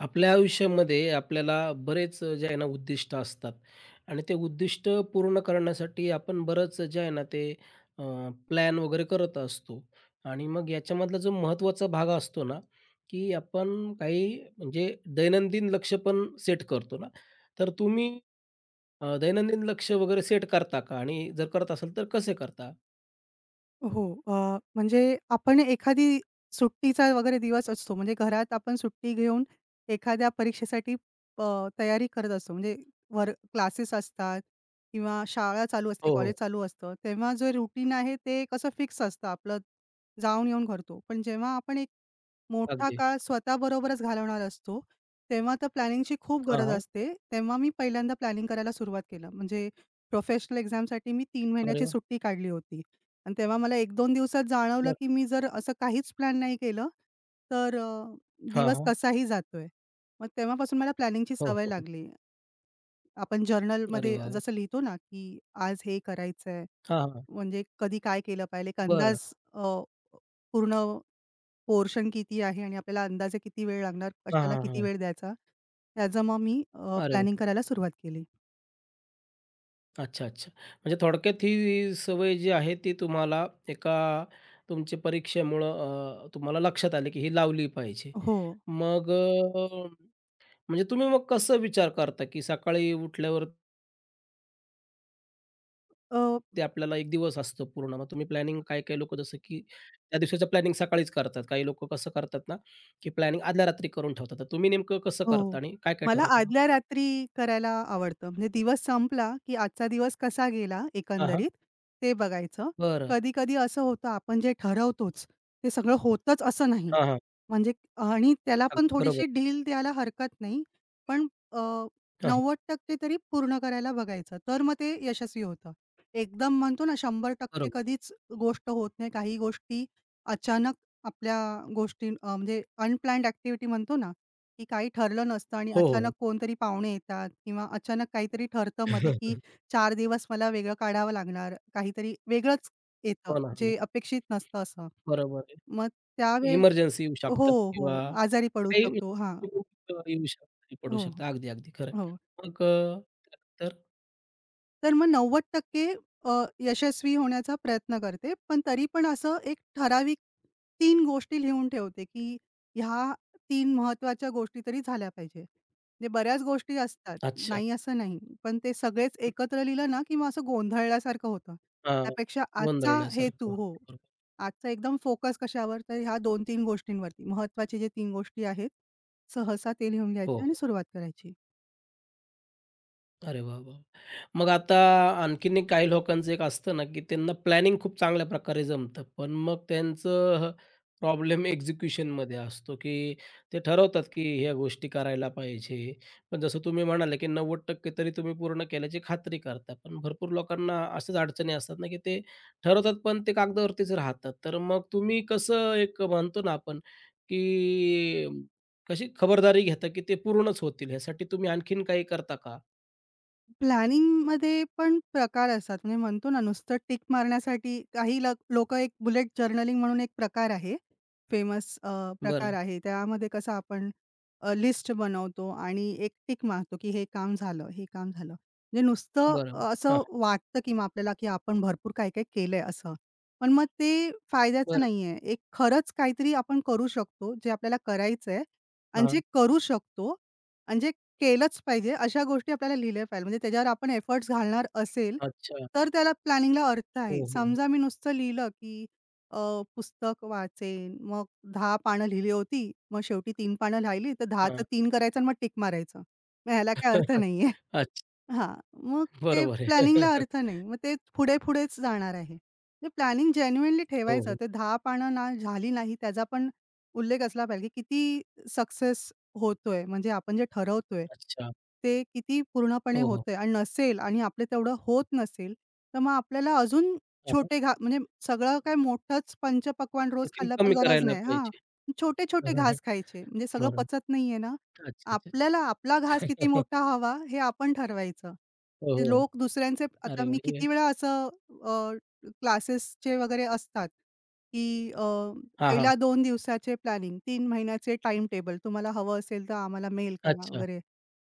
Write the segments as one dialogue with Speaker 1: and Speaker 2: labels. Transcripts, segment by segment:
Speaker 1: आपल्या आयुष्यामध्ये आपल्याला बरेच जे आहे ना उद्दिष्ट असतात आणि ते उद्दिष्ट पूर्ण करण्यासाठी आपण बरंच जे आहे ना ते अ, प्लॅन वगैरे करत असतो आणि मग याच्यामधला जो महत्त्वाचा भाग असतो ना, की आपण काही म्हणजे दैनंदिन लक्ष्य पण सेट करतो ना, तर तुम्ही दैनंदिन लक्ष्य वगैरे सेट करता का? आणि जर करत असेल तर कसे करता?
Speaker 2: हो. म्हणजे आपण एखादी सुट्टीचा वगैरे दिवस असतो, म्हणजे घरात आपण सुट्टी घेऊन एखाद्या परीक्षेसाठी तयारी करत असतो. म्हणजे वर क्लासेस असतात किंवा शाळा चालू असते,
Speaker 1: हो,
Speaker 2: कॉलेज
Speaker 1: हो.
Speaker 2: चालू असतं. तेव्हा जे रुटीन आहे ते कसं फिक्स असतं, आपलं जाऊन-येऊन करतो. पण जेव्हा आपण एक मोठा
Speaker 1: अगदी.
Speaker 2: काळ स्वतःबरोबरच घालवणार असतो, तेव्हा तर प्लॅनिंगची खूप
Speaker 1: हां,
Speaker 2: गरज
Speaker 1: हां.
Speaker 2: असते. तेव्हा मी पहिल्यांदा प्लॅनिंग करायला सुरुवात केलं. म्हणजे प्रोफेशनल एक्झामसाठी मी 3
Speaker 1: अरे
Speaker 2: महिन्याची
Speaker 1: वाह!
Speaker 2: सुट्टी काढली होती आणि तेव्हा मला एक दोन दिवसात जाणवलं,
Speaker 1: बरं.
Speaker 2: की मी जर असं काहीच प्लॅन नाही केलं, तर
Speaker 1: हां,
Speaker 2: दिवस
Speaker 1: हां.
Speaker 2: कसाही जातोय. मग तेव्हापासून मला प्लॅनिंगची
Speaker 1: हो,
Speaker 2: सवय
Speaker 1: हो, हो.
Speaker 2: लागली. आपण
Speaker 1: अरे
Speaker 2: जर्नलमध्ये
Speaker 1: वाह! वाह!
Speaker 2: जसं लिहितो ना, की आज हे करायचंय,
Speaker 1: हां, हां.
Speaker 2: म्हणजे कधी काय केलं पाहिजे, एक अंदाज
Speaker 1: बरं.
Speaker 2: पूर्ण पोर्शन किती आहे आणि आपल्याला अंदाजे किती वेळ लागणार,
Speaker 1: हां,
Speaker 2: कशाला
Speaker 1: हां,
Speaker 2: किती
Speaker 1: हां.
Speaker 2: वेळ द्यायचा, त्याचं मग मी
Speaker 1: अरे वाह!
Speaker 2: प्लॅनिंग करायला सुरुवात केली.
Speaker 1: अच्छा, अच्छा. म्हणजे थोडक्यात ही सवय जी आहे ती तुम्हाला एका तुमच्या परीक्षेमुळं तुम्हाला लक्षात आली, की ही लावली पाहिजे.
Speaker 2: हो.
Speaker 1: मग म्हणजे तुम्ही मग कसं विचार करता, की सकाळी उठल्यावरती
Speaker 2: अ
Speaker 1: आपल्याला एक दिवस असतो पूर्ण. मग तुम्ही प्लॅनिंग काही-काही लोकं जसं की त्या दिवसाचं प्लॅनिंग सकाळीच करतात. काही लोकं कसं करतात ना, की प्लॅनिंग आदल्या रात्री करून ठेवतात. तर तुम्ही नेमकं कसं
Speaker 2: हो.
Speaker 1: करता आणि काय-काय
Speaker 2: मला
Speaker 1: ठरवता मग?
Speaker 2: आदल्या रात्री करायला आवडतं. म्हणजे दिवस संपला, की आजचा दिवस कसा गेला
Speaker 1: हां, हां.
Speaker 2: एकंदरीत ते बघायचं.
Speaker 1: बरं.
Speaker 2: कधी-कधी असं होतं आपण जे ठरवतोच, ते सगळं होतच असं नाही.
Speaker 1: हां, हां.
Speaker 2: म्हणजे आणि त्याला पण
Speaker 1: अगदी बरोबर.
Speaker 2: थोडीशी ढील द्यायला हरकत नाही. पण अ,
Speaker 1: हां, हां.
Speaker 2: 90% तरी पूर्ण करायला बघायचं. तर मग ते यशस्वी होतं. एकदम म्हणतो ना 100%
Speaker 1: बरोबर.
Speaker 2: कधीच गोष्ट होत नाही. काही गोष्टी अचानक आपल्या गोष्टी म्हणजे अनप्लॅन्ड ॲक्टिव्हिटी म्हणतो ना की काही ठरलं नसतं आणि
Speaker 1: हो,
Speaker 2: अचानक
Speaker 1: हो.
Speaker 2: कोणतरी पाहुणे येतात किंवा अचानक काहीतरी ठरतं मध्ये, की चार दिवस मला वेगळं काढावं लागणार. काहीतरी वेगळंच येतं,
Speaker 1: हो ना, हो ना.
Speaker 2: जे अपेक्षित नसतं असं.
Speaker 1: बरोबर
Speaker 2: मग
Speaker 1: आहे.
Speaker 2: त्यावेळेला
Speaker 1: इमर्जन्सी येऊ शकतात
Speaker 2: हो,
Speaker 1: किंवा
Speaker 2: हो. आजारी पडू
Speaker 1: काही
Speaker 2: शकतो. हां.
Speaker 1: येऊ शकतात, पडू
Speaker 2: हो,
Speaker 1: शकतात. अगदी, अगदी खरं
Speaker 2: हो.
Speaker 1: आहे. मग त्यानंतर
Speaker 2: तर मग 90% यशस्वी होण्याचा प्रयत्न करते. पण तरी पण असं एक ठराविक तीन गोष्टी लिहून ठेवते, की ह्या तीन महत्वाच्या गोष्टी तरी झाल्या पाहिजे. म्हणजे बऱ्याच गोष्टी असतात,
Speaker 1: अच्छा.
Speaker 2: नाही असं नाही. पण ते सगळेच एकत्र लिहिलं ना, की मग असं गोंधळल्यासारखं होतं.
Speaker 1: हां,
Speaker 2: त्यापेक्षा आजचा
Speaker 1: गोंधळल्यासारखं.
Speaker 2: हेतू हो.
Speaker 1: हो.
Speaker 2: आजचा एकदम फोकस कशावर? तर ह्या 2-3 गोष्टींवरती. महत्त्वाचे जे 3 गोष्टी आहेत, सहसा ते लिहून घ्यायचे
Speaker 1: हो.
Speaker 2: आणि सुरुवात करायची.
Speaker 1: अरे वाह, वाह! मग आता आणखीन एक काही लोकांचं एक असतं ना, की त्यांना प्लॅनिंग खूप चांगल्या प्रकारे जमतं. पण मग त्यांचं प्रॉब्लेम एक्झिक्युशनमध्ये असतो, की ते ठरवतात, की ह्या गोष्टी करायला पाहिजे. पण जसं तुम्ही म्हणाले, की 90% तरी तुम्ही पूर्ण केल्याची खात्री करता. पण भरपूर लोकांना अशाच अडचणी असतात ना, की ते ठरवतात, पण ते कागदावरतीच राहतात. तर मग तुम्ही कसं एक म्हणतो ना आपण, की कशी खबरदारी घेता, की ते पूर्णच होतील? ह्यासाठी तुम्ही आणखीन काही करता का?
Speaker 2: प्लॅनिंगमध्ये पण प्रकार असतात. म्हणजे म्हणतो ना, नुसतं टिक मारण्यासाठी काही एक बुलेट जर्नलिंग म्हणून एक प्रकार आहे. फेमस प्रकार
Speaker 1: बरं,
Speaker 2: आहे. त्यामध्ये कसं आपण लिस्ट बनवतो आणि एक टिक मारतो, की हे काम झालं, हे काम झालं. म्हणजे नुसतं
Speaker 1: बरं, बरं. हां,
Speaker 2: असं वाटतं, की मग आपल्याला, की आपण भरपूर काही-काही केलंय असं. पण मग ते फायद्याचं
Speaker 1: बरं.
Speaker 2: नाहीये. एक खरंच काहीतरी आपण करू शकतो, जे आपल्याला करायचंय आणि जे
Speaker 1: हां,
Speaker 2: करू शकतो आणि जे केलंच पाहिजे. अशा गोष्टी आपल्याला लिहिल्या पाहिजे. म्हणजे त्याच्यावर आपण एफर्ट्स घालणार असेल,
Speaker 1: अच्छा.
Speaker 2: तर त्याला प्लॅनिंगला अर्थ आहे.
Speaker 1: हो, हो. हो.
Speaker 2: समजा मी नुसतं लिहिलं, की अ, पुस्तक वाचेन, मग 10 पानं लिहिली होती, मग शेवटी तीन पानं राहिली, तर 10चं
Speaker 1: हां.
Speaker 2: तीन करायचं आणि मग टिक मारायचं. मग ह्याला काही अर्थ नाहीये.
Speaker 1: अच्छा.
Speaker 2: हां. मग ते
Speaker 1: बरोबर आहे.
Speaker 2: प्लॅनिंगला अर्थ नाही. मग ते पुढे-पुढेच जाणार आहे. म्हणजे प्लॅनिंग जेन्युइनली
Speaker 1: हो,
Speaker 2: ठेवायचं.
Speaker 1: हो.
Speaker 2: ते 10 पानं ना झाली नाही त्याचा पण उल्लेख असला पाहिजे, की किती सक्सेस होतोय. म्हणजे आपण जे ठरवतोय,
Speaker 1: अच्छा.
Speaker 2: ते किती पूर्णपणे
Speaker 1: हो, हो.
Speaker 2: होतंय आणि नसेल आणि आपलं तेवढं होत नसेल, तर मग आपल्याला अजून
Speaker 1: हां, हां.
Speaker 2: छोटे घा म्हणजे सगळं काही मोठंच पंचपक्वान्न रोज
Speaker 1: आणखीन
Speaker 2: खाल्लं पण
Speaker 1: कमी
Speaker 2: गरज
Speaker 1: करायला
Speaker 2: नाही. हां.
Speaker 1: पाहिजे.
Speaker 2: छोटे-छोटे
Speaker 1: हं, हं, हं.
Speaker 2: घास खायचे. म्हणजे सगळं
Speaker 1: बरं.
Speaker 2: पचत नाहीये ना,
Speaker 1: अच्छा, अच्छा.
Speaker 2: आपल्याला आपला घास किती मोठा हवा हे आपण ठरवायचं.
Speaker 1: हो,
Speaker 2: जे
Speaker 1: हो.
Speaker 2: लोक दुसऱ्यांचे आता
Speaker 1: अरे
Speaker 2: मी
Speaker 1: वाह!
Speaker 2: किती
Speaker 1: हे
Speaker 2: वेळा असं अ, क्लासेसचे वगैरे असतात, की
Speaker 1: हां, हां.
Speaker 2: पहिल्या 2 दिवसाचे प्लॅनिंग, 3 महिन्याचे टाइम टेबल तुम्हाला हवं असेल तर आम्हाला मेल करा
Speaker 1: अच्छा.
Speaker 2: वगैरे.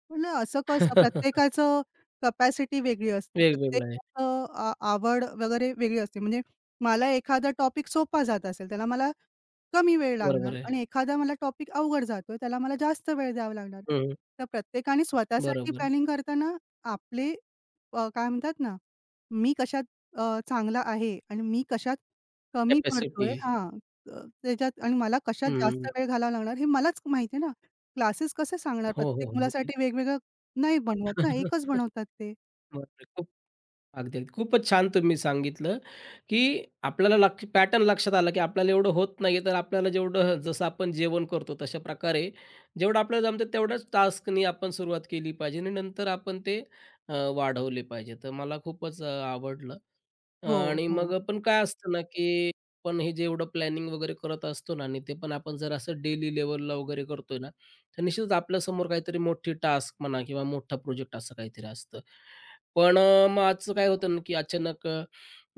Speaker 2: म्हणलं असं कसं? प्रत्येकाचं कॅपॅसिटी वेगळी असते.
Speaker 1: वेगवेगळं आहे.
Speaker 2: प्रत्येकाचं आवड वगैरे वेगळी असते. म्हणजे मला एखादा टॉपिक सोपा जात असेल, त्याला मला कमी वेळ लागणार
Speaker 1: बरोबर आहे.
Speaker 2: आणि एखादा मला टॉपिक अवघड जातोय, त्याला मला जास्त वेळ द्यावा लागणार.
Speaker 1: हं.
Speaker 2: तर प्रत्येकाने स्वतःसाठी
Speaker 1: बरोबर
Speaker 2: प्लॅनिंग करताना आपले काय म्हणतात ना, मी कशात चांगला आहे आणि मी कशात कमी पडतोय
Speaker 1: कॅपॅसिटी.
Speaker 2: हां, त्याच्यात आणि मला कशात जास्त वेळ घालावा लागणार हे मलाच माहिती ना. क्लासेस कसे सांगणार?
Speaker 1: हो, हो,
Speaker 2: प्रत्येक
Speaker 1: हो.
Speaker 2: मुलासाठी वेगवेगळं नाही बनवत ना, एकच बनवतात ते.
Speaker 1: बरोबर आहे. अगदी, अगदी. खूपच छान तुम्ही सांगितलं, की आपल्याला लक्ष पॅटर्न लक्षात आला, की आपल्याला एवढं होत नाही तर आपल्याला जेवढं जसं आपण जेवण करतो तशा प्रकारे जेवढं आपल्याला जमतं तेवढ्याच टास्कनी आपण सुरुवात केली पाहिजे आणि नंतर आपण ते वाढवले पाहिजे. तर मला खूपच आवडलं.
Speaker 2: हो,
Speaker 1: आणि
Speaker 2: हो.
Speaker 1: मग पण काय असतं ना, की आपण हे जेवढं प्लॅनिंग वगैरे करत असतो ना आणि ते पण आपण जर असं डेली लेव्हलला वगैरे करतोय ना, तर निश्चितच आपल्यासमोर काहीतरी मोठी टास्क म्हणा किंवा मोठा प्रोजेक्ट असं काहीतरी असतं. पण मग आजचं काय होतं ना, की अचानक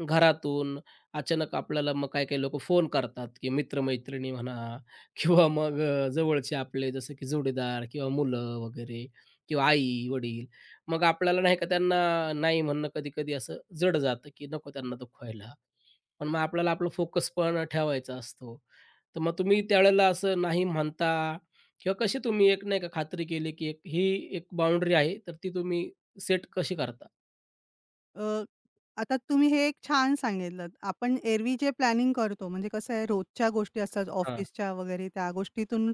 Speaker 1: घरातून अचानक आपल्याला मग काही-काही लोकं फोन करतात, की मित्र म्हणा किंवा मग जवळचे आपले जसं की जोडीदार किंवा मुलं वगैरे किंवा आई-वडील मग आपल्याला नाही का त्यांना नाही म्हणणं कधी-कधी असं जड जातं, की नको त्यांना दुखवायला. पण मग आपल्याला आपला फोकस पण ठेवायचा असतो. तर मग तुम्ही त्यावेळेला असं नाही म्हणता किंवा कशी तुम्ही एक नाही का खात्री केली, की एक ही एक बाउंडरी आहे, तर ती तुम्ही सेट कशी करता?
Speaker 2: अ, आता तुम्ही हे एक छान सांगितलंत. आपण एरवी जे प्लॅनिंग करतो, म्हणजे कसं आहे रोजच्या गोष्टी असतात
Speaker 1: हां.
Speaker 2: ऑफिसच्या वगैरे त्या गोष्टीतून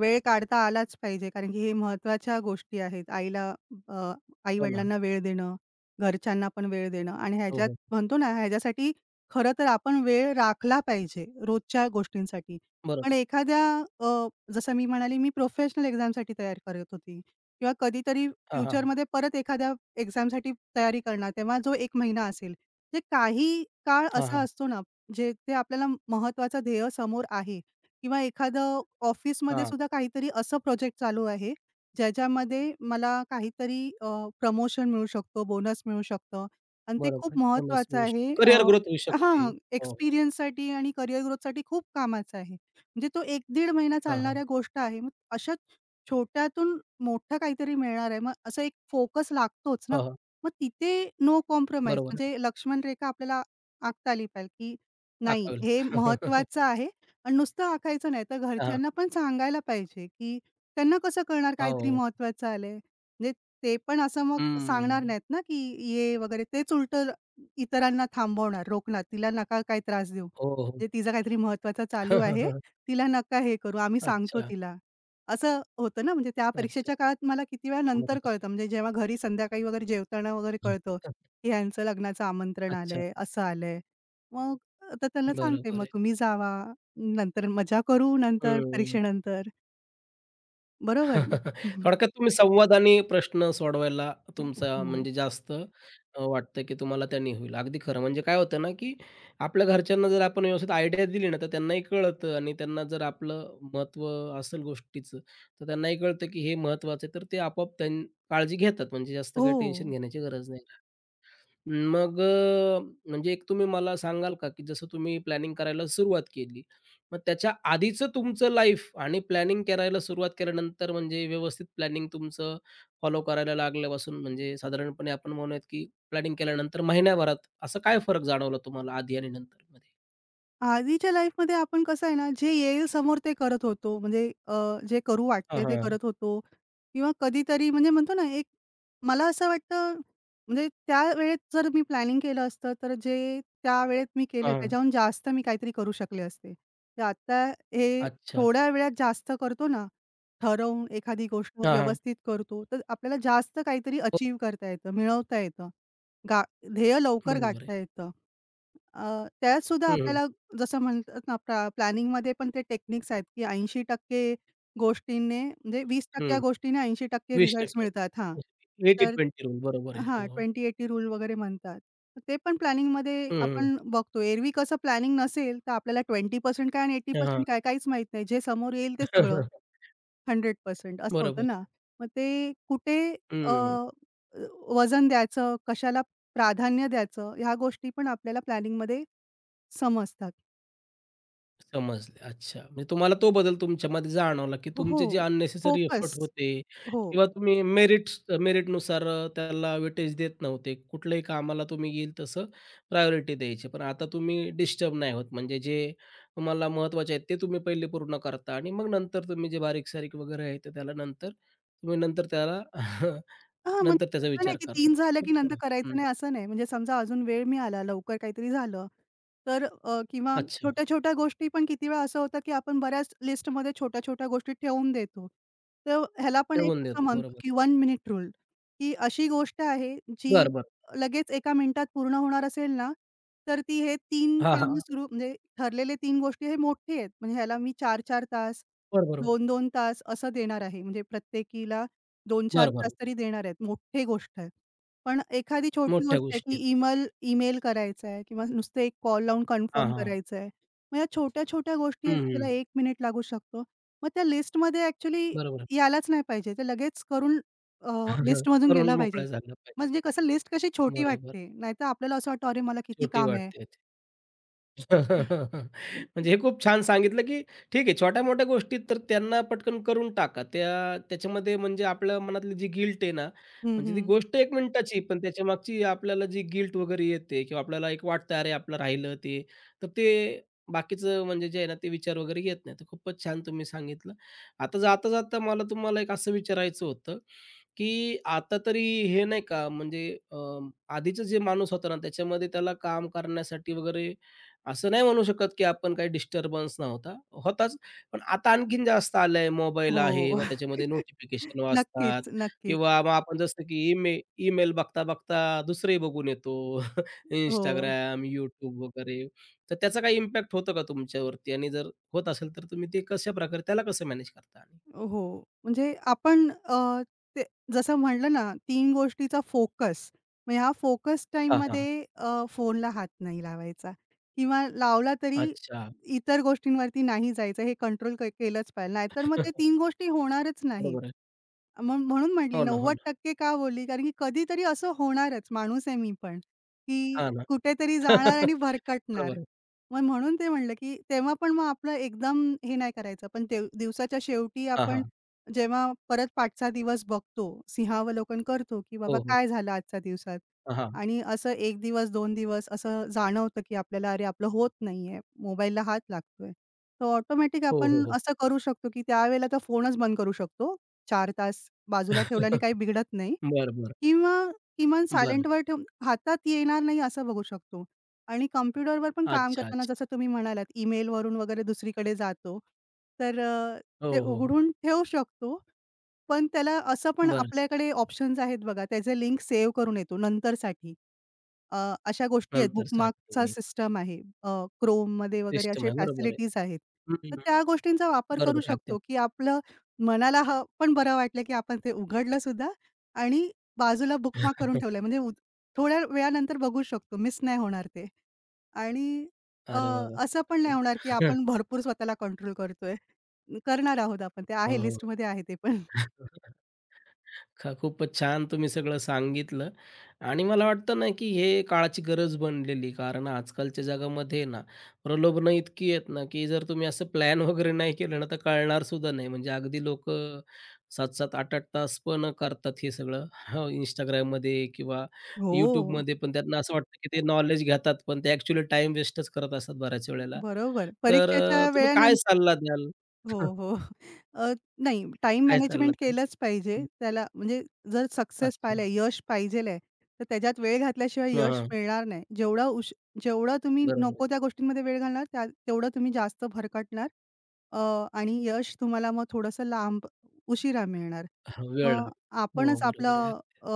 Speaker 2: वेळ काढता आलाच पाहिजे. कारण की हे महत्वाच्या गोष्टी आहेत. अ,
Speaker 1: हो ना.
Speaker 2: आई-वडिलांना वेळ देणं, घरच्यांना पण वेळ देणं आणि
Speaker 1: हो,
Speaker 2: ह्याच्यात
Speaker 1: हो.
Speaker 2: म्हणतो ना ह्याच्यासाठी खरं तर आपण वेळ राखला पाहिजे रोजच्या गोष्टींसाठी. पण
Speaker 1: बरोबर.
Speaker 2: एखाद्या अ, जसं मी म्हणाली मी प्रोफेशनल एक्झामसाठी तयारी करत होती किंवा कधीतरी
Speaker 1: हां, हां.
Speaker 2: फ्युचरमध्ये परत एखाद्या एक्झामसाठी तयारी करणार, तेव्हा जो एक महिना असेल. म्हणजे काही काळ
Speaker 1: हां,
Speaker 2: असा
Speaker 1: हां.
Speaker 2: असतो ना, जेथे आपल्याला महत्त्वाचं ध्येय समोर आहे किंवा एखादं ऑफिसमध्ये
Speaker 1: हां.
Speaker 2: सुद्धा काहीतरी असं प्रोजेक्ट चालू आहे, ज्याच्यामध्ये मला काहीतरी प्रमोशन मिळू शकतो, बोनस मिळू शकतं आणि ते
Speaker 1: बरोबर
Speaker 2: खूप
Speaker 1: आहे. बोनस
Speaker 2: महत्त्वाचं
Speaker 1: मिळू शकतो.
Speaker 2: आहे.
Speaker 1: करियर ग्रोथ होऊ शकते. हो.
Speaker 2: एक्सपिरियन्ससाठी आणि करियर ग्रोथसाठी खूप कामाचं आहे. म्हणजे तो 1-1.5 महिना
Speaker 1: हां, हां.
Speaker 2: चालणाऱ्या गोष्ट आहे. मग अशा छोट्यातून मोठं काहीतरी मिळणार आहे. मग असं एक फोकस लागतोच ना.
Speaker 1: हो, हो.
Speaker 2: मग तिथे नो कॉम्प्रोमाईज
Speaker 1: बरोबर आहे.
Speaker 2: म्हणजे लक्ष्मण रेखा आपल्याला आखता आली पाहिजे, की नाही
Speaker 1: आखावी लागते.
Speaker 2: हे महत्वाचं आहे आणि नुसतं आखायचं नाही, तर
Speaker 1: हां,
Speaker 2: घरच्यांना पण सांगायला पाहिजे, की त्यांना कसं कळणार काहीतरी
Speaker 1: हो.
Speaker 2: महत्वाचं आलंय. म्हणजे ते पण असं मग सांगणार
Speaker 1: हं.
Speaker 2: नाहीत ना, की ये वगैरे तेच उलटं इतरांना थांबवणार, रोखणार. तिला नका काही त्रास देऊ.
Speaker 1: हो, हो.
Speaker 2: म्हणजे तिचं काहीतरी महत्वाचं चालू
Speaker 1: हं, हं,
Speaker 2: आहे.
Speaker 1: हं.
Speaker 2: तिला नका हे करू. आम्ही सांगतो
Speaker 1: अच्छा,
Speaker 2: तिला. असं होतं ना, म्हणजे त्या
Speaker 1: अच्छा.
Speaker 2: परीक्षेच्या काळात मला किती वेळा नंतर
Speaker 1: बरोबर
Speaker 2: कळतं,
Speaker 1: आहे.
Speaker 2: म्हणजे जेव्हा घरी संध्याकाळी वगैरे जेवताना वगैरे कळतं, की ह्यांचं लग्नाचं आमंत्रण
Speaker 1: अच्छा.
Speaker 2: आलंय, असं आलंय. मग आता त्यांना सांगते,
Speaker 1: बरोबर
Speaker 2: "मग
Speaker 1: आहे.
Speaker 2: तुम्ही जावा, नंतर मजा करू, नंतर
Speaker 1: हं.
Speaker 2: परीक्षेनंतर." बरोबर. हं,
Speaker 1: थोडक्यात तुम्ही संवाद आणि प्रश्न सोडवायला तुमचा
Speaker 2: हो.
Speaker 1: म्हणजे जास्त वाटतं की तुम्हाला त्यांनी होईल. अगदी खरं. म्हणजे काय होतं ना, की आपल्या घरच्यांना जर आपण व्यवस्थित आयडिया दिली ना, तर त्यांनाही कळतं आणि त्यांना जर आपलं महत्त्व असेल गोष्टीचं, तर त्यांनाही कळतं की हे महत्त्वाचं आहे. तर ते आपोआप त्यां काळजी घेतात. म्हणजे जास्त
Speaker 2: हो.
Speaker 1: काही टेन्शन घेण्याची गरज नाही. मग म्हणजे एक तुम्ही मला सांगाल का, की जसं तुम्ही प्लॅनिंग करायला सुरुवात केली, मग त्याच्या आधीचं तुमचं लाईफ आणि प्लॅनिंग करायला सुरुवात केल्यानंतर म्हणजे व्यवस्थित प्लॅनिंग तुमचं फॉलो करायला लागल्यापासून म्हणजे साधारणपणे आपण म्हणूयात, की प्लॅनिंग केल्यानंतर महिन्याभरात असं काय फरक जाणवला तुम्हाला आधी आणि नंतरमध्ये?
Speaker 2: आधीच्या लाईफमध्ये आपण कसं आहे ना, जे येईल समोर ते करत होतो. म्हणजे जे करू
Speaker 1: हां,
Speaker 2: वाटते ते
Speaker 1: हां.
Speaker 2: करत होतो किंवा कधीतरी म्हणजे म्हणतो ना, एक मला असं वाटतं म्हणजे त्यावेळेत जर मी प्लॅनिंग केलं असतं, तर जे त्यावेळेत मी केलं
Speaker 1: हां.
Speaker 2: त्याच्याहून जास्त मी काहीतरी करू शकले असते. तर आता हे
Speaker 1: अच्छा.
Speaker 2: थोड्या वेळात जास्त करतो ना, ठरवून एखादी गोष्ट
Speaker 1: हां, हां.
Speaker 2: व्यवस्थित करतो, तर आपल्याला जास्त काहीतरी
Speaker 1: हो,
Speaker 2: अचीव्ह करता येतं, मिळवता येतं. गा ध्येय लवकर
Speaker 1: बरोबर आहे.
Speaker 2: गाठता येतं. अ, त्यातसुद्धा
Speaker 1: हं, हं,
Speaker 2: आपल्याला जसं म्हणतात ना प्लॅनिंगमध्ये पण ते टेक्निक्स आहेत, की 80% गोष्टींनी म्हणजे
Speaker 1: हं.
Speaker 2: 20% गोष्टीने 80% रिझल्ट्स
Speaker 1: 20%
Speaker 2: मिळतात. हां. तर
Speaker 1: 80-20 रूल बरोबर आहे.
Speaker 2: हां,
Speaker 1: हो, हो.
Speaker 2: 20-80 रूल वगैरे म्हणतात. तर ते पण प्लॅनिंगमध्ये
Speaker 1: हं, हं.
Speaker 2: आपण बघतो. एरवी कसं प्लॅनिंग नसेल, तर आपल्याला 20% काय आणि 80%
Speaker 1: हां,
Speaker 2: काय, काहीच माहीत नाही. जे समोर येईल ते सगळं 100% असं
Speaker 1: बरोबर
Speaker 2: होतं ना.
Speaker 1: आहे.
Speaker 2: मग ते कुठे अ,
Speaker 1: हं.
Speaker 2: वजन द्यायचं, कशाला प्राधान्य द्यायचं, ह्या गोष्टी पण आपल्याला प्लॅनिंगमध्ये समजतात.
Speaker 1: समजले. अच्छा. म्हणजे तुम्हाला तो बदल तुमच्यामध्ये जाणवला, की
Speaker 2: हो. हो.
Speaker 1: तुमचे जे अननेसेसरी
Speaker 2: फोकस.
Speaker 1: एफर्ट होते
Speaker 2: हो.
Speaker 1: किंवा तुम्ही मेरिट्स मेरिटनुसार त्याला वेटेज देत नव्हते. कुठल्याही कामाला तुम्ही येईल तसं प्रायोरिटी द्यायची. पण आता तुम्ही डिस्टर्ब नाही होत. म्हणजे जे तुम्हाला महत्त्वाचे आहेत, ते तुम्ही पहिले पूर्ण करता आणि मग नंतर तुम्ही जे बारीक-सारीक वगैरे आहे, तर त्याला नंतर तुम्ही नंतर त्याला
Speaker 2: हां,
Speaker 1: नंतर
Speaker 2: म्हणजे
Speaker 1: त्याचा
Speaker 2: असं नाही,
Speaker 1: विचार
Speaker 2: की
Speaker 1: करता.
Speaker 2: 3 झालं,
Speaker 1: खूप
Speaker 2: की नंतर
Speaker 1: बरं.
Speaker 2: करायचं
Speaker 1: हं.
Speaker 2: नाही असं नाही. म्हणजे समजा अजून वेळ मिळाला, लवकर काहीतरी झालं, तर किंवा
Speaker 1: अच्छा.
Speaker 2: छोट्या-छोट्या गोष्टी पण किती वेळा असं होतं, की आपण बऱ्याच लिस्टमध्ये छोट्या-छोट्या गोष्टी ठेवून देतो. तर ह्याला पण एक
Speaker 1: ठेवून
Speaker 2: असं
Speaker 1: देतो.
Speaker 2: म्हणतो,
Speaker 1: बरोबर.
Speaker 2: की 1 मिनिट रूल, की अशी गोष्ट आहे जी
Speaker 1: बरं, बरं.
Speaker 2: लगेच एका मिनिटात पूर्ण होणार असेल ना, तर ती हे 3
Speaker 1: हां,
Speaker 2: कामं
Speaker 1: हां.
Speaker 2: सुरू म्हणजे ठरलेले 3 गोष्टी हे मोठे आहेत. म्हणजे ह्याला मी 4-4 तास,
Speaker 1: बरं, बरं.
Speaker 2: 2-2 तास असं देणार आहे. म्हणजे प्रत्येकीला 2-4
Speaker 1: बरं, बरं.
Speaker 2: तास तरी देणार आहेत. मोठी गोष्ट आहे. पण एखादी छोटी
Speaker 1: मोठ्या
Speaker 2: गोष्ट आहे,
Speaker 1: गोष्टी
Speaker 2: की
Speaker 1: आहेत.
Speaker 2: ईमेल ईमेल करायचा आहे किंवा नुसतं एक कॉल लावून
Speaker 1: हां,
Speaker 2: कन्फर्म
Speaker 1: हां.
Speaker 2: करायचं आहे. मग या छोट्या-छोट्या गोष्टी आहेत
Speaker 1: हं,
Speaker 2: ज्याला
Speaker 1: हं.
Speaker 2: एक मिनिट लागू शकतो. मग त्या लिस्टमध्ये ॲक्चुअली
Speaker 1: बरोबर.
Speaker 2: यायलाच नाही पाहिजे. ते लगेच करून लिस्टमधून
Speaker 1: तरुण
Speaker 2: गेला पाहिजे.
Speaker 1: मोकळा झाला पाहिजे.
Speaker 2: म्हणजे कसं लिस्ट कशी छोटी
Speaker 1: बरोबर.
Speaker 2: वाटते. नाहीतर आपल्याला असं वाटतं, "अरे मला किती
Speaker 1: छोटी
Speaker 2: काम आहे."
Speaker 1: वाटते. म्हणजे हे खूप छान सांगितलं, की ठीक आहे छोट्या-मोठ्या गोष्टी तर त्यांना पटकन करून टाका. त्या त्याच्यामध्ये म्हणजे आपल्या मनातली जी गिल्ट आहे ना,
Speaker 2: हं,
Speaker 1: म्हणजे ती
Speaker 2: हं.
Speaker 1: गोष्ट 1 मिनिटाची, पण त्याच्यामागची आपल्याला जी गिल्ट वगैरे येते किंवा आपल्याला एक वाटतं अरे आपलं राहिलं ते, तर ते बाकीचं म्हणजे जे आहे ना ते विचार वगैरे येत नाही. तर खूपच छान तुम्ही सांगितलं. आता जाता-जाता मला तुम्हाला एक असं विचारायचं होतं, की आता तरी हे नाही का म्हणजे अ, आधीचं जे माणूस होता ना त्याच्यामध्ये त्याला काम करण्यासाठी वगैरे असं नाही म्हणू शकत, की आपण काही डिस्टर्बन्स नव्हता. होताच, पण आता आणखीन जास्त आलंय. मोबाईल
Speaker 2: हो.
Speaker 1: आहे, मग त्याच्यामध्ये नोटिफिकेशन वाजतात
Speaker 2: नक्कीच, नक्कीच.
Speaker 1: किंवा मग आपण जसं की ईमेल बघता-बघता दुसरंही बघून येतो.
Speaker 2: हो.
Speaker 1: Instagram, YouTube वगैरे. तर त्याचा काही इम्पॅक्ट होतो का तुमच्यावरती? आणि जर होत असेल, तर तुम्ही ते कशाप्रकारे त्याला कसं मॅनेज करता? आणि
Speaker 2: हो. म्हणजे आपण ते जसं म्हटलं ना 3 गोष्टीचा फोकस. मग ह्या फोकस
Speaker 1: हां, हां.
Speaker 2: टाईममध्ये फोनला हात नाही लावायचा किंवा लावला तरी
Speaker 1: अच्छा.
Speaker 2: इतर गोष्टींवरती नाही जायचं. हे कंट्रोल केलंच पाहिजे. नाहीतर मग ते 3 गोष्टी होणारच नाहीत.
Speaker 1: बरोबर आहे.
Speaker 2: मग म्हणून म्हटली
Speaker 1: हो ना, हो ना.
Speaker 2: 90% का बोलली? कारण की कधीतरी असं होणारच. माणूस आहे मी पण, की
Speaker 1: हां ना.
Speaker 2: कुठेतरी जाणार आणि भरकटणार.
Speaker 1: बरोबर आहे.
Speaker 2: मग म्हणून ते म्हणलं, की तेव्हा पण मग आपलं एकदम हे नाही करायचं. पण देव दिवसाच्या शेवटी
Speaker 1: हां,
Speaker 2: आपण
Speaker 1: हां.
Speaker 2: जेव्हा परत पाठचा दिवस बघतो, सिंहावलोकन करतो, की बाबा
Speaker 1: हो, हो.
Speaker 2: काय झालं आजच्या दिवसात?
Speaker 1: हां, हां.
Speaker 2: आणि असं एक दिवस, दोन दिवस असं जाणवतं, की आपल्याला अरे आपलं होत नाहीये, मोबाईलला हात लागतोय. तर ऑटोमॅटिक
Speaker 1: हो, हो,
Speaker 2: आपण
Speaker 1: हो.
Speaker 2: असं करू शकतो, की त्यावेळेला तर फोनच बंद करू शकतो. 4 तास बाजूला ठेवल्याने काही बिघडत नाही.
Speaker 1: बरं, बरं.
Speaker 2: किंवा किमान
Speaker 1: बरं.
Speaker 2: सायलेंटवर ठेवून हातात येणार नाही असं बघू शकतो. आणि कॉम्प्युटरवर पण काम
Speaker 1: अच्छा,
Speaker 2: करताना
Speaker 1: अच्छा.
Speaker 2: जसं तुम्ही म्हणालात, ईमेलवरून वगैरे दुसरीकडे जातो. तर
Speaker 1: हो,
Speaker 2: ते
Speaker 1: हो. हो.
Speaker 2: उघडून ठेवू शकतो. पण त्याला असं पण
Speaker 1: बरं.
Speaker 2: आपल्याकडे ऑप्शन्स आहेत बघा, त्याचे लिंक सेव्ह करून येतो नंतरसाठी. अशा गोष्टी आहेत. बुकमार्कचा
Speaker 1: नंतरसाठी
Speaker 2: सिस्टम आहे. Chromeमध्ये वगैरे
Speaker 1: सिस्टम
Speaker 2: असे
Speaker 1: आहे. बरोबर आहे.
Speaker 2: फॅसिलिटीज आहेत.
Speaker 1: हं,
Speaker 2: तर
Speaker 1: हं.
Speaker 2: त्या गोष्टींचा वापर करू
Speaker 1: बरोबर आहे. अगदी.
Speaker 2: शकतो, की आपलं मनाला हं, पण बरं वाटलं, की आपण ते उघडलं सुद्धा आणि बाजूला बुकमार्क करून ठेवलंय. म्हणजे थोड्या वेळानंतर बघू शकतो. मिस नाही होणार ते. आणि अ,
Speaker 1: अरे वाह, वाह!
Speaker 2: असं पण नाही
Speaker 1: अच्छा.
Speaker 2: होणार, की आपण भरपूर स्वतःला कंट्रोल करतोय. करणार आहोत आपण. ते
Speaker 1: हो,
Speaker 2: आहे
Speaker 1: हो.
Speaker 2: लिस्टमध्ये आहे ते पण.
Speaker 1: खूपच छान तुम्ही सगळं सांगितलं आणि मला वाटतं ना की हे काळाची गरज बनलेली कारण आजकालच्या जगामध्ये ना प्रलोभनं इतकी आहेत ना की जर तुम्ही असं प्लॅन वगैरे नाही केलं ना तर कळणार सुद्धा नाही म्हणजे अगदी लोक सात सात आठ आठ तास पण करतात हे सगळं हो, Instagram मध्ये किंवा YouTube
Speaker 2: हो,
Speaker 1: मध्ये पण त्यांना असं वाटतं की ते नॉलेज घेतात पण ते ॲक्च्युली टाइम वेस्टच करत असतात बऱ्याच वेळेला
Speaker 2: बरोबर.
Speaker 1: तर
Speaker 2: परीक्षेच्या
Speaker 1: तुम्ही काय
Speaker 2: वेळेनंतर
Speaker 1: सल्ला द्याल?
Speaker 2: हो, हो. अ, नाही टाईम
Speaker 1: काय सल्ला
Speaker 2: मॅनेजमेंट
Speaker 1: द्याल?
Speaker 2: केलंच पाहिजे. त्याला म्हणजे जर सक्सेस
Speaker 1: अच्छा.
Speaker 2: पाहिलंय, यश पाहिजेल आहे, तर त्याच्यात वेळ घातल्याशिवाय
Speaker 1: हां,
Speaker 2: यश
Speaker 1: हां.
Speaker 2: मिळणार नाही. जेवढा तुम्ही
Speaker 1: बरोबर आहे.
Speaker 2: नको त्या गोष्टींमध्ये वेळ घालणार, त्या तेवढं तुम्ही जास्त भरकटणार अ, आणि यश तुम्हाला मग थोडंसं लांब उशिरा मिळणार.
Speaker 1: हां, वेळ
Speaker 2: मग
Speaker 1: लागतो. हो,
Speaker 2: आपणच
Speaker 1: बरोबर आहे.
Speaker 2: आपलं अ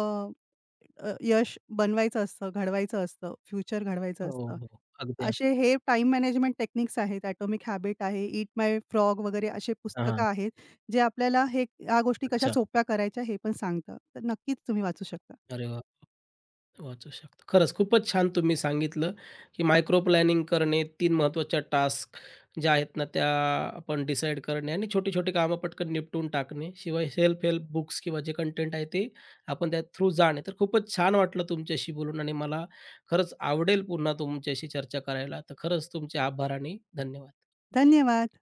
Speaker 2: अ, यश बनवायचं असतं, घडवायचं असतं, फ्युचर घडवायचं
Speaker 1: हो,
Speaker 2: असतं.
Speaker 1: हो. अगदी, अगदी.
Speaker 2: असे हे टाइम मॅनेजमेंट टेक्निक्स आहेत, Atomic Habit आहे, Eat My फ्रॉग वगैरे असे पुस्तकं
Speaker 1: हां.
Speaker 2: आहेत, जे आपल्याला हे ह्या गोष्टी कशा
Speaker 1: अच्छा.
Speaker 2: सोप्या करायच्या हे पण सांगतं. तर नक्कीच तुम्ही वाचू शकता.
Speaker 1: अरे वाह! वाचू शकतो. खरंच खूपच छान तुम्ही सांगितलं, की मायक्रो प्लॅनिंग करणे, तीन महत्त्वाच्या टास्क ज्या आहेत ना, त्या आपण डिसाईड करणे आणि छोटी-छोटी कामं पटकन निपटून टाकणे. शिवाय सेल्फ हेल्प बुक्स किंवा जे कंटेंट आहे ते आपण त्या थ्रू जाणे. तर खूपच छान वाटलं तुमच्याशी बोलून आणि मला खरंच आवडेल पुन्हा तुमच्याशी चर्चा करायला. तर खरंच तुमचे आभार आणि धन्यवाद.
Speaker 2: धन्यवाद.